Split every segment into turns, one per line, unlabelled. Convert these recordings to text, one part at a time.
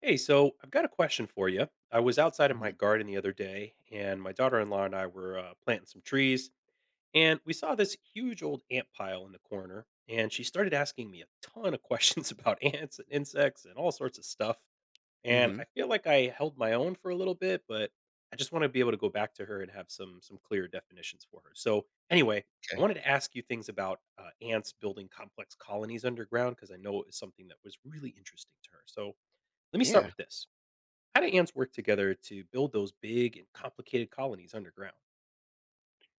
Hey, so I've got a question for you. I was outside in my
Mhm.
garden the other day, and my daughter in law and I were planting some trees, and we saw this huge old ant pile in the corner. And she started asking me a ton of questions about ants and insects and all sorts of stuff. And
Mhm.
I feel like I held my own for a little bit, but I just want to be able to go back to her and have some clear definitions for her. So anyway, I wanted to ask you things about ants building complex colonies underground because I know it was something that was really interesting to her. So let me start
Yeah.
with this. How do ants work together to build those big and complicated colonies underground? I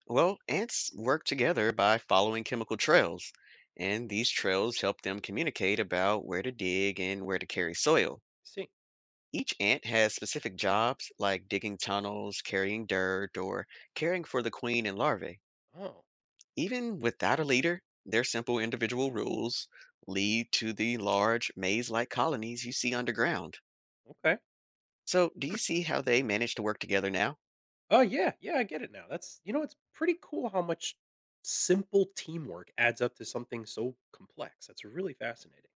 Well, ants work together by following chemical trails, and these trails help them communicate about where to dig and where to carry soil.
see.
Each ant has specific jobs like digging tunnels, carrying dirt, or caring for the queen and larvae.
Oh,
Even without a leader, their simple individual rules lead to the large maze-like colonies you see underground.
okay.
So, do you
Hmm.
see how they manage to work together now?
Oh, yeah. Yeah, I get it now. It's pretty cool how much simple teamwork adds up to something so complex. That's really fascinating.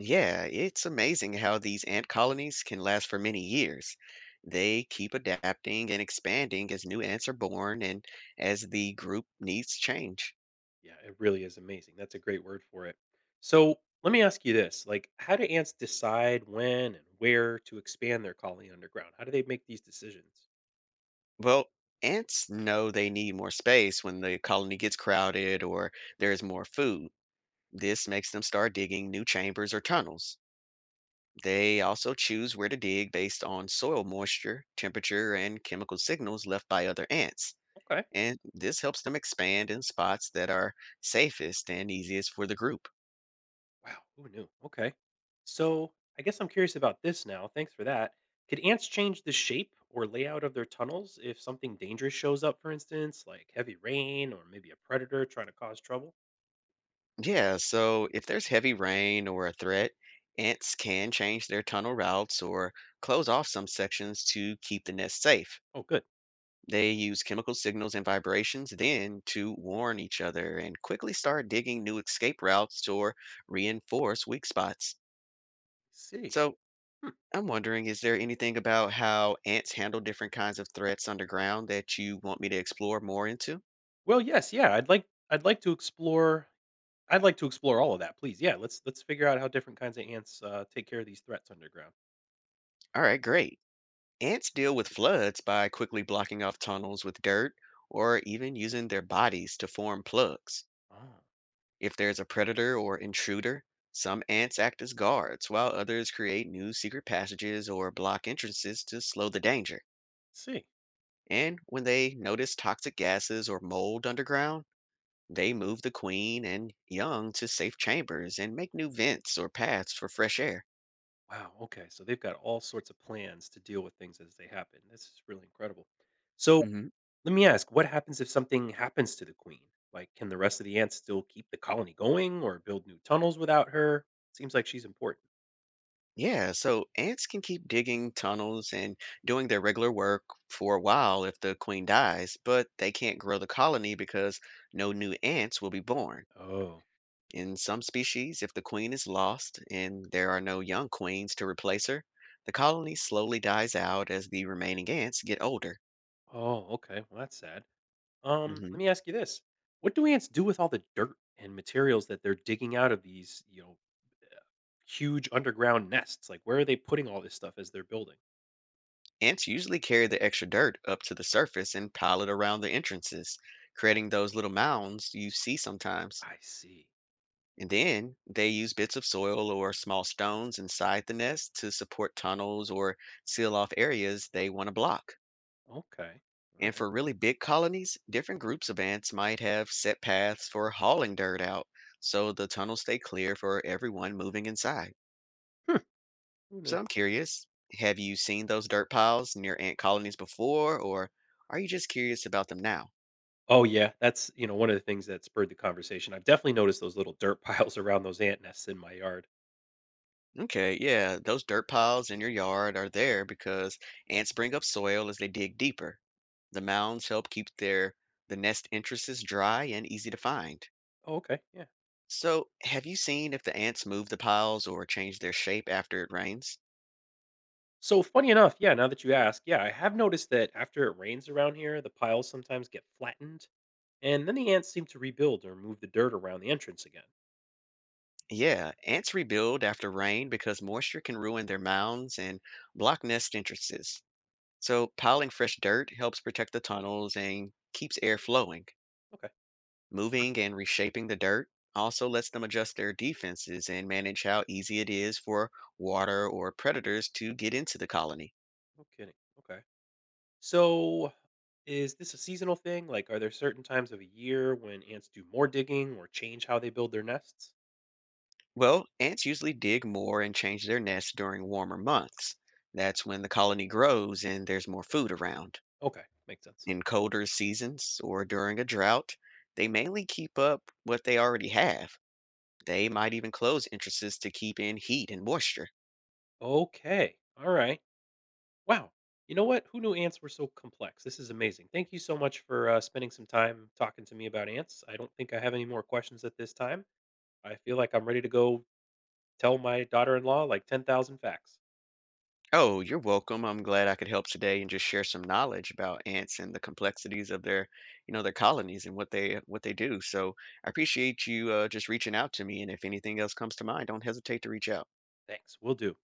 Yeah, it's amazing how these ant colonies can last for many years. They keep adapting and expanding as new ants are born and as the group needs change.
Yeah, it really is amazing. That's a great word for it. So, let me ask you this, like, how do ants decide when and where to expand their colony underground? How do they make these decisions?
Well, ants know they need more space when the colony gets crowded or there's more food. This makes them start digging new chambers or tunnels. They also choose where to dig based on soil moisture, temperature, and chemical signals left by other ants,
Okay.
and this helps them expand in spots that are safest and easiest for the group.
Wow, who knew? Okay. So I guess I'm curious about this now. Thanks for that. Could ants change the shape or layout of their tunnels if something dangerous shows up, for instance, like heavy rain or maybe a predator trying to cause trouble?
Yeah, so if there's heavy rain or a threat, ants can change their tunnel routes or close off some sections to keep the nest safe.
Oh, good.
They use chemical signals and vibrations then to warn each other and quickly start digging new escape routes or reinforce weak spots.
See.
So
Hmm.
I'm wondering, is there anything about how ants handle different kinds of threats underground that you want me to explore more into?
Well, yes, yeah. I'd like to explore all of that, please. Yeah, let's figure out how different kinds of ants take care of these threats underground.
All right, great. Ants deal with floods by quickly blocking off tunnels with dirt or even using their bodies to form plugs.
Oh,
If there's a predator or intruder, some ants act as guards, while others create new secret passages or block entrances to slow the danger.
see.
And when they notice toxic gases or mold underground, they move the queen and young to safe chambers and make new vents or paths for fresh air.
Wow. Okay. So they've got all sorts of plans to deal with things as they happen. This is really incredible. So, let me ask, what happens if something happens to the queen? Like, can the rest of the ants still keep the colony going or build new tunnels without her? Seems like she's important.
Yeah, so ants can keep digging tunnels and doing their regular work for a while if the queen dies, but they can't grow the colony because no new ants will be born.
Oh,
In some species, if the queen is lost and there are no young queens to replace her, the colony slowly dies out as the remaining ants get older.
oh, okay. Well, that's sad.
Hmm.
Let me ask you this: what do ants do with all the dirt and materials that they're digging out of these, uh, huge underground nests? Like, where are they putting all this stuff as they're building?
Ants usually carry the extra dirt up to the surface and pile it around the entrances, creating those little mounds you see sometimes.
I see.
And then they use bits of soil or small stones inside the nest to support tunnels or seal off areas they want to block.
Okay. All
And
right.
for really big colonies, different groups of ants might have set paths for hauling dirt out, so the tunnels stay clear for everyone moving inside.
Hmm. Who
So
knew?
I'm curious, have you seen those dirt piles near ant colonies before, or are you just curious about them now?
Oh, yeah. One of the things that spurred the conversation. I've definitely noticed those little dirt piles around those ant nests in my yard.
Okay, yeah, those dirt piles in your yard are there because ants bring up soil as they dig deeper. The mounds help keep the nest entrances dry and easy to find.
Oh, okay. Yeah.
So, have you seen if the ants move the piles or change their shape after it rains?
So, funny enough, yeah, now that you ask, yeah, I have noticed that after it rains around here, the piles sometimes get flattened and then the ants seem to rebuild or move the dirt around the entrance again.
Yeah, ants rebuild after rain because moisture can ruin their mounds and block nest entrances. So, piling fresh dirt helps protect the tunnels and keeps air flowing.
Okay.
Moving and reshaping the dirt also lets them adjust their defenses and manage how easy it is for water or predators to get into the colony.
No kidding. Okay. So, is this a seasonal thing? Like, are there certain times of a year when ants do more digging or change how they build their nests?
Well, ants usually dig more and change their nests during warmer months. That's when the colony grows and there's more food around.
Okay. Makes sense.
In colder seasons or during a drought, they mainly keep up what they already have. They might even close entrances to keep in heat and moisture.
Okay. All right. Wow. You know what? Who knew ants were so complex? This is amazing. Thank you so much for spending some time talking to me about ants. I don't think I have any more questions at this time. I feel like I'm ready to go tell my daughter in law like 10,000 facts.
Oh, you're welcome. I'm glad I could help today and just share some knowledge about ants and the complexities of their colonies and what they do. So I appreciate you just reaching out to me. And if anything else comes to mind, don't hesitate to reach out.
Thanks. We'll do.